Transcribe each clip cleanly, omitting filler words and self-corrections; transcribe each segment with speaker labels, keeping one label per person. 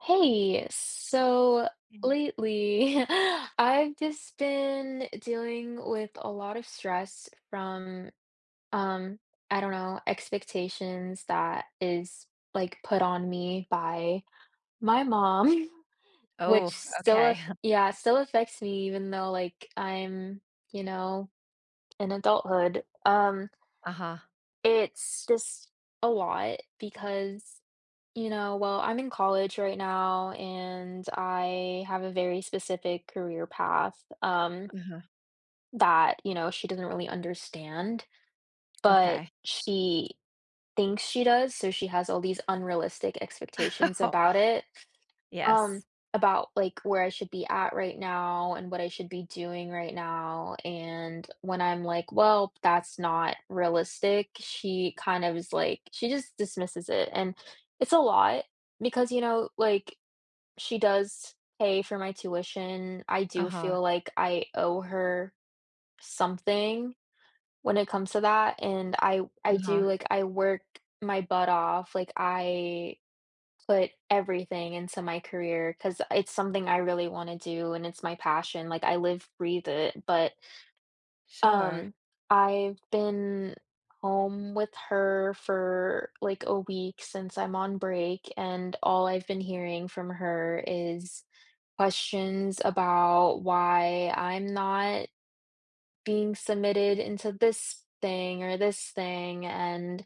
Speaker 1: Hey, so lately I've just been dealing with a lot of stress from um I don't know, expectations that is like put on me by my mom, which
Speaker 2: Oh,
Speaker 1: still
Speaker 2: okay.
Speaker 1: yeah, still affects me even though like I'm, you know, in adulthood.
Speaker 2: Uh-huh,
Speaker 1: It's just a lot because you know, well, I'm in college right now and I have a very specific career path,
Speaker 2: uh-huh,
Speaker 1: that, you know, she doesn't really understand, but
Speaker 2: okay.
Speaker 1: she thinks she does. So she has all these unrealistic expectations
Speaker 2: Oh,
Speaker 1: about it, um,
Speaker 2: yes.
Speaker 1: about like where I should be at right now and what I should be doing right now. And when I'm like, well, that's not realistic, she kind of is like, she just dismisses it. And it's a lot because you know like she does pay for my tuition. I do
Speaker 2: Uh-huh,
Speaker 1: feel like I owe her something when it comes to that, and I
Speaker 2: uh-huh.
Speaker 1: do, like, I work my butt off, like, I put everything into my career because it's something I really wanna do and it's my passion, like, I live, breathe it, but,
Speaker 2: Sure.
Speaker 1: um, I've been home with her for, like, a week since I'm on break, and all I've been hearing from her is questions about why I'm not being submitted into this thing or this thing, and,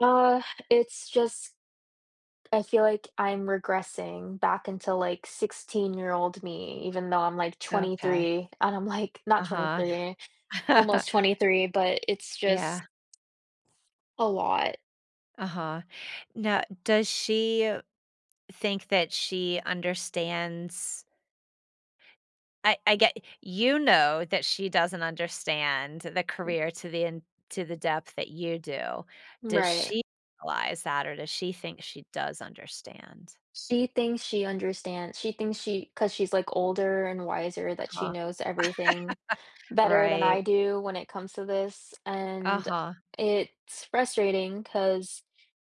Speaker 1: uh, it's just I feel like I'm regressing back into, like, 16-year-old me, even though I'm, like,
Speaker 2: Okay.
Speaker 1: 23, and I'm, like, not
Speaker 2: Uh-huh.
Speaker 1: 23, almost 23, but it's just
Speaker 2: Yeah,
Speaker 1: a lot.
Speaker 2: uh-huh. Now, does she think that she understands? I get you know that she doesn't understand the career to the in to the depth that you do. Does
Speaker 1: Right.
Speaker 2: she realize that, or does she think she does understand?
Speaker 1: She thinks she understands, she thinks she, because she's, like, older and wiser, that she
Speaker 2: Uh-huh.
Speaker 1: knows everything better than I
Speaker 2: Right.
Speaker 1: do when it comes to this, and
Speaker 2: Uh-huh.
Speaker 1: it's frustrating 'cause,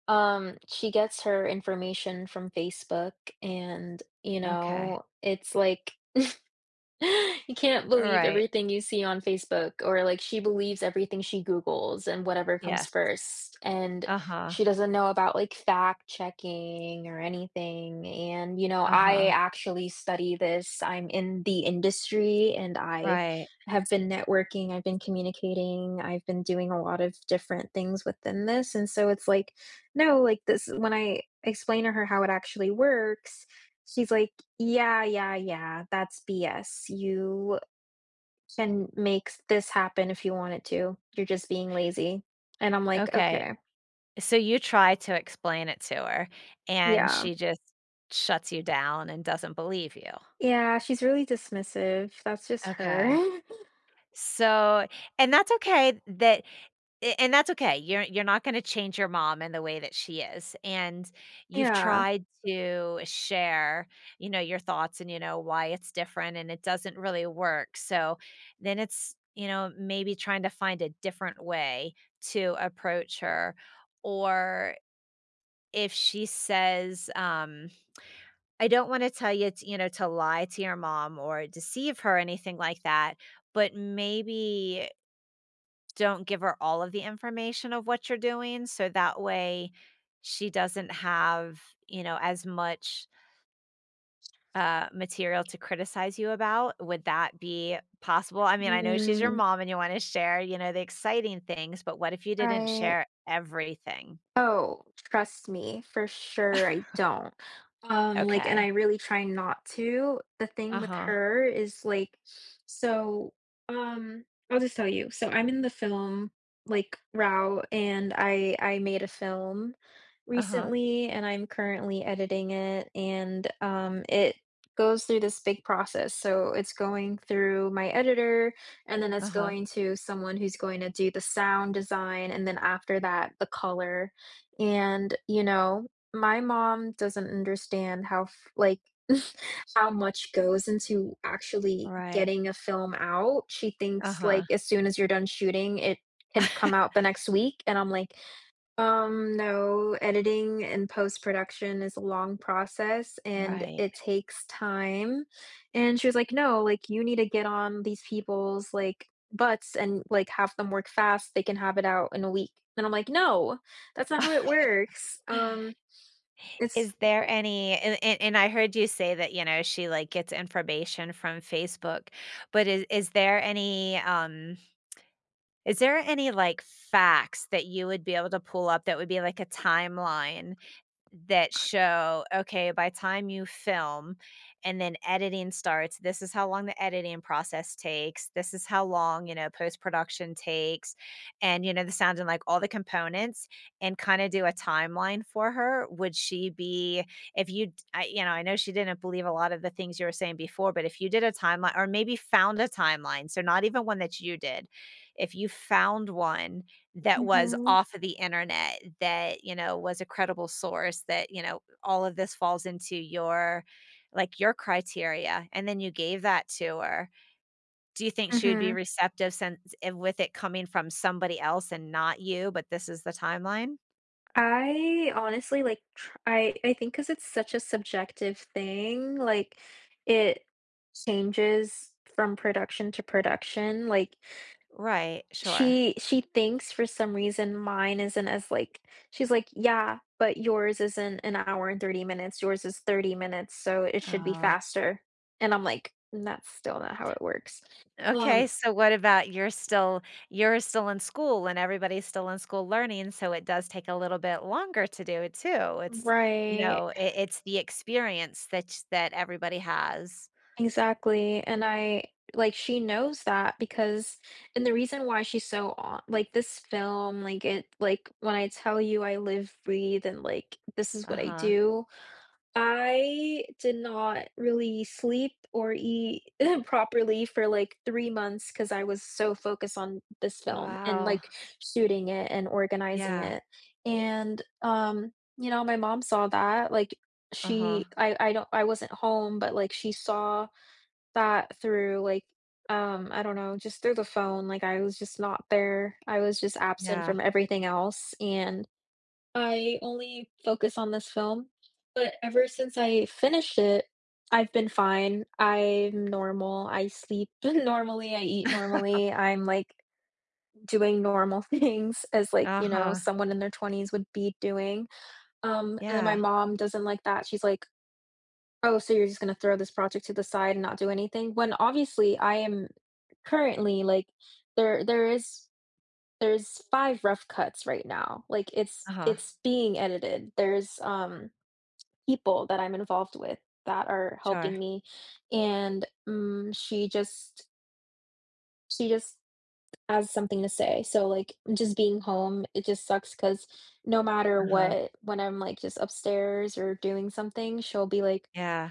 Speaker 1: she gets her information from Facebook and, you
Speaker 2: Okay.
Speaker 1: know, it's like you can't believe
Speaker 2: Right.
Speaker 1: everything you see on Facebook, or, like, she believes everything she Googles and whatever comes
Speaker 2: Yes.
Speaker 1: first, and
Speaker 2: Uh-huh,
Speaker 1: she doesn't know about, like, fact checking or anything, and, you know, I
Speaker 2: uh-huh,
Speaker 1: actually study this. I'm in the industry, and I
Speaker 2: right,
Speaker 1: have been networking, I've been communicating, I've been doing a lot of different things within this, and so it's like, "No," like, this when I explain to her how it actually works, she's like, yeah, yeah, yeah, that's BS. You can make s this happen if you wanted to. You're just being lazy. And I'm like,
Speaker 2: okay.
Speaker 1: "Okay."
Speaker 2: So you try to explain it to her, and
Speaker 1: Yeah.
Speaker 2: she just shuts you down and doesn't believe you.
Speaker 1: Yeah, she's really dismissive. That's just her.
Speaker 2: Okay. So and that's okay that A and that's okay. You're not gonna change your mom in the way that she is, and you've
Speaker 1: Yeah.
Speaker 2: tried to share, you know, your thoughts and, you know, why it's different, and it doesn't really work, so then it's, you know, maybe trying to find a different way to approach her, or if she says, "I don't wanna tell you t you know, to lie to your mom or deceive her," anything like that, but maybe don't give her all of the information of what you're doing, so that way she doesn't have, you know, as much, material to criticize you about. Would that be possible? I mean, I know she's your
Speaker 1: Mm,
Speaker 2: mom and you wanna share, you know, the exciting things, but what if you didn't
Speaker 1: right.
Speaker 2: share everything?
Speaker 1: Oh, trust me, for sure I don't. Like, and
Speaker 2: Okay.
Speaker 1: I really try not to. The thing with
Speaker 2: Uh-huh.
Speaker 1: her is like, so, um, I'll just tell you. So I'm in the film like route, and I made a film
Speaker 2: Uh-huh.
Speaker 1: recently, and I'm currently editing it, and it goes through this big process. So it's going through my editor, and then it's
Speaker 2: Uh-huh.
Speaker 1: going to someone who's going to do the sound design, and then after that, the color, and, you know, my mom doesn't understand how f like, how much goes into actually
Speaker 2: Right.
Speaker 1: getting a film out. She thinks,
Speaker 2: Uh-huh.
Speaker 1: like, as soon as you're done shooting, it can come out the next week, and I'm like, no, editing and post-production is a long process and
Speaker 2: Right.
Speaker 1: it takes time, and she was like, "No, like, you need to get on these people's, like, butts and, like, have them work fast, they can have it out in a week," and I'm like, "No, that's not how it works." It's
Speaker 2: Is there any and I heard you say that, you know, she, like, gets information from Facebook, but is there any, is there any, like, facts that you would be able to pull up that would be like a timeline that show, okay, by time you film and then editing starts, this is how long the editing process takes. This is how long, you know, post-production takes and, you know, the sound and like all the components, and kind of do a timeline for her. Would she be, if you, I, you know, I know she didn't believe a lot of the things you were saying before, but if you did a timeline or maybe found a timeline, so not even one that you did, if you found one that was
Speaker 1: mhm,
Speaker 2: off of the internet that, you know, was a credible source that, you know, all of this falls into your like, your criteria, and then you gave that to her. Do you think she would be
Speaker 1: mhm.
Speaker 2: receptive since with it coming from somebody else and not you, but this is the timeline?
Speaker 1: I honestly, like, tr I think because it's such a subjective thing, like, it changes from production to production, like.
Speaker 2: Right, sure.
Speaker 1: She thinks for some reason mine isn't as, like, she's like, "Yeah, but yours isn't an hour and 30 minutes, yours is 30 minutes, so it should be
Speaker 2: Oh.
Speaker 1: faster." And I'm like, "Mm, that's still not how it works." Um
Speaker 2: Okay, so what about you're still in school, and everybody's still in school learning, so it does take a little bit longer to do it too. It's, you
Speaker 1: Right,
Speaker 2: know, it's the experience that that everybody has.
Speaker 1: exactly, and I, like, she knows that because, and the reason why she's so on like, this film, like, it like, when I tell you I live, breathe, and, like, this is what I
Speaker 2: Uh-huh.
Speaker 1: do, I did not really sleep or eat properly for, like, 3 months because I was so focused on this film and,
Speaker 2: Wow.
Speaker 1: like, shooting it and organizing
Speaker 2: Yeah.
Speaker 1: it, and, you know, my mom saw that, like,
Speaker 2: Uh-huh.
Speaker 1: she, I don't, I wasn't home, but, like, she saw that through, like, I don't know, just through the phone, like, I was just not there. I was just absent
Speaker 2: Yeah.
Speaker 1: from everything else, and I only focus on this film, but ever since I finished it, I've been fine. I'm normal. I sleep normally, I eat normally, I'm, like, doing normal things as, like, you know,
Speaker 2: Uh-huh.
Speaker 1: someone in their 20s would be doing, and then my
Speaker 2: Yeah.
Speaker 1: mom doesn't like that. She's like, "Oh, so you're just gonna throw this project to the side and not do anything?" When obviously I am currently, like, there is there's 5 rough cuts right now. Like, it's
Speaker 2: Uh-huh.
Speaker 1: it's being edited. There's, people that I'm involved with that are
Speaker 2: Sure.
Speaker 1: helping me, and, mm, she just has something to say, so, like, just being home, it just sucks because no matter
Speaker 2: Uh-huh.
Speaker 1: what, when I'm, like, just upstairs or doing something, she'll be like,
Speaker 2: Yeah.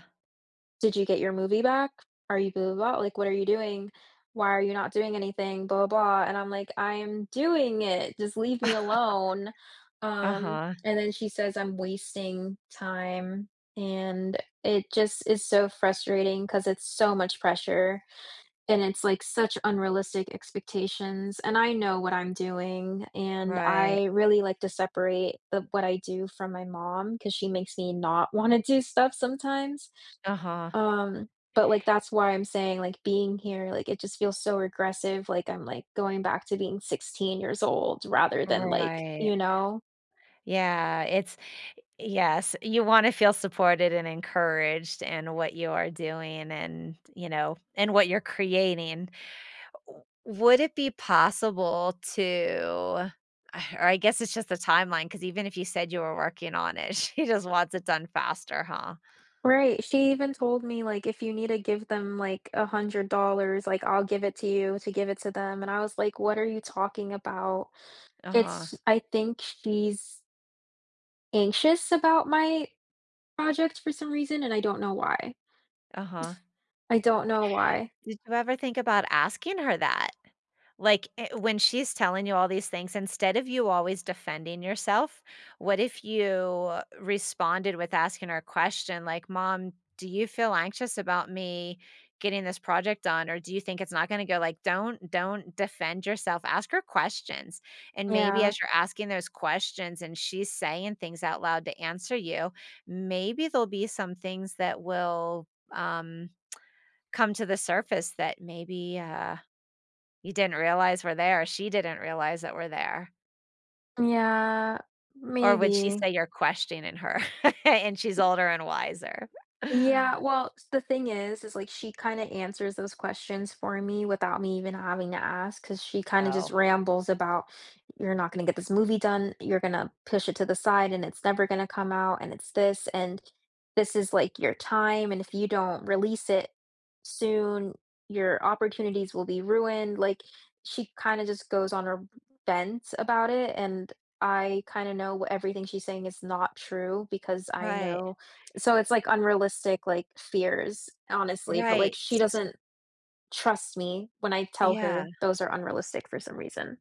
Speaker 1: "Did you get your movie back? Are you blah, blah, blah, like, what are you doing? Why are you not doing anything? Blah, blah, blah," and I'm like, "I am doing it, just leave me alone."
Speaker 2: Uh-huh.
Speaker 1: And then she says I'm wasting time, and it just is so frustrating because it's so much pressure, and it's, like, such unrealistic expectations, and I know what I'm doing, and
Speaker 2: Right.
Speaker 1: I really like to separate the what I do from my mom because she makes me not wanna do stuff sometimes.
Speaker 2: Uh-huh.
Speaker 1: Um, but, like, that's why I'm saying, like, being here, like, it just feels so regressive, like, I'm, like, going back to being 16 years old rather than, like,
Speaker 2: Right.
Speaker 1: you know?
Speaker 2: Yeah, it's Yes, you wanna feel supported and encouraged in what you are doing and, you know, and what you're creating. W Would it be possible to, or I guess it's just the timeline, because even if you said you were working on it, she just wants it done faster, huh?
Speaker 1: Right, she even told me, like, "If you need to give them, like, $100, like, I'll give it to you to give it to them," and I was like, "What are you talking about?"
Speaker 2: Uh-huh,
Speaker 1: It's, I think she's anxious about my project for some reason, and I don't know why.
Speaker 2: uh-huh.
Speaker 1: I don't know why.
Speaker 2: Did you ever think about asking her that? Like, when she's telling you all these things, instead of you always defending yourself, what if you responded with asking her a question like, "Mom, do you feel anxious about me getting this project done, or do you think it's not gonna go?" Like, don't defend yourself, ask her questions, and maybe
Speaker 1: Yeah.
Speaker 2: as you're asking those questions and she's saying things out loud to answer you, maybe there'll be some things that will, come to the surface that maybe, you didn't realize we're there, she didn't realize that we're there,
Speaker 1: Yeah,
Speaker 2: or would she
Speaker 1: maybe.
Speaker 2: say you're questioning her and she's older and wiser?
Speaker 1: Yeah, well, s the thing is, like, she kinda answers those questions for me without me even having to ask, because she kinda just
Speaker 2: Oh,
Speaker 1: rambles about, "You're not gonna get this movie done, you're gonna push it to the side, and it's never gonna come out, and it's this, and this is, like, your time, and if you don't release it soon, your opportunities will be ruined." Like, she kinda just goes on a vent about it, and I kinda know what everything she's saying is not true because I
Speaker 2: right,
Speaker 1: know, so it's, like, unrealistic, like, fears, honestly, but, like,
Speaker 2: right,
Speaker 1: she
Speaker 2: s
Speaker 1: doesn't trust me when I tell
Speaker 2: yeah.
Speaker 1: her those are unrealistic for some reason.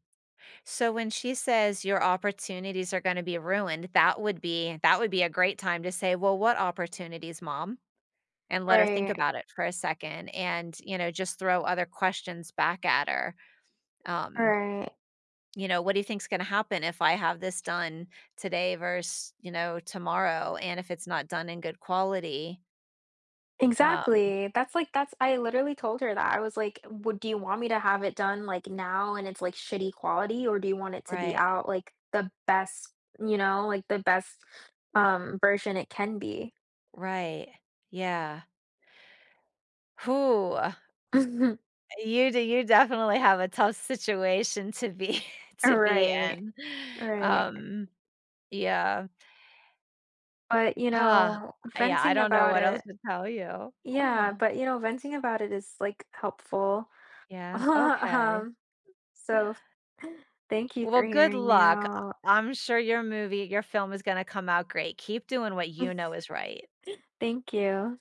Speaker 2: So when she says your opportunities are gonna be ruined, that would be a great time to say, "Well, what opportunities, Mom?" And let her think
Speaker 1: Right,
Speaker 2: about it for a second and, you know, just throw other questions back at her, um
Speaker 1: right.
Speaker 2: you know, what do you think's going to happen if I have this done today versus, you know, tomorrow? And if it's not done in good quality, um,
Speaker 1: Exactly. That's, I literally told her that. I was like, "Would do you want me to have it done, like, now and it's, like, shitty quality, or do you want it to be
Speaker 2: right,
Speaker 1: out, like, the best, you know, like, the best, version it can be?"
Speaker 2: right. Yeah. Who you do you definitely have a tough situation to be to be
Speaker 1: Right,
Speaker 2: in.
Speaker 1: right.
Speaker 2: Um, yeah.
Speaker 1: But, you
Speaker 2: Huh.
Speaker 1: know,
Speaker 2: Yeah, I
Speaker 1: venting
Speaker 2: don't know
Speaker 1: about
Speaker 2: what else
Speaker 1: it
Speaker 2: to tell you.
Speaker 1: Yeah, but you know, venting about it is like helpful.
Speaker 2: Yeah, okay.
Speaker 1: Um, so thank you
Speaker 2: Well,
Speaker 1: for
Speaker 2: good
Speaker 1: hearing me
Speaker 2: luck.
Speaker 1: out.
Speaker 2: I'm sure your movie, your film is going to come out great. Keep doing what you know is right.
Speaker 1: Thank you.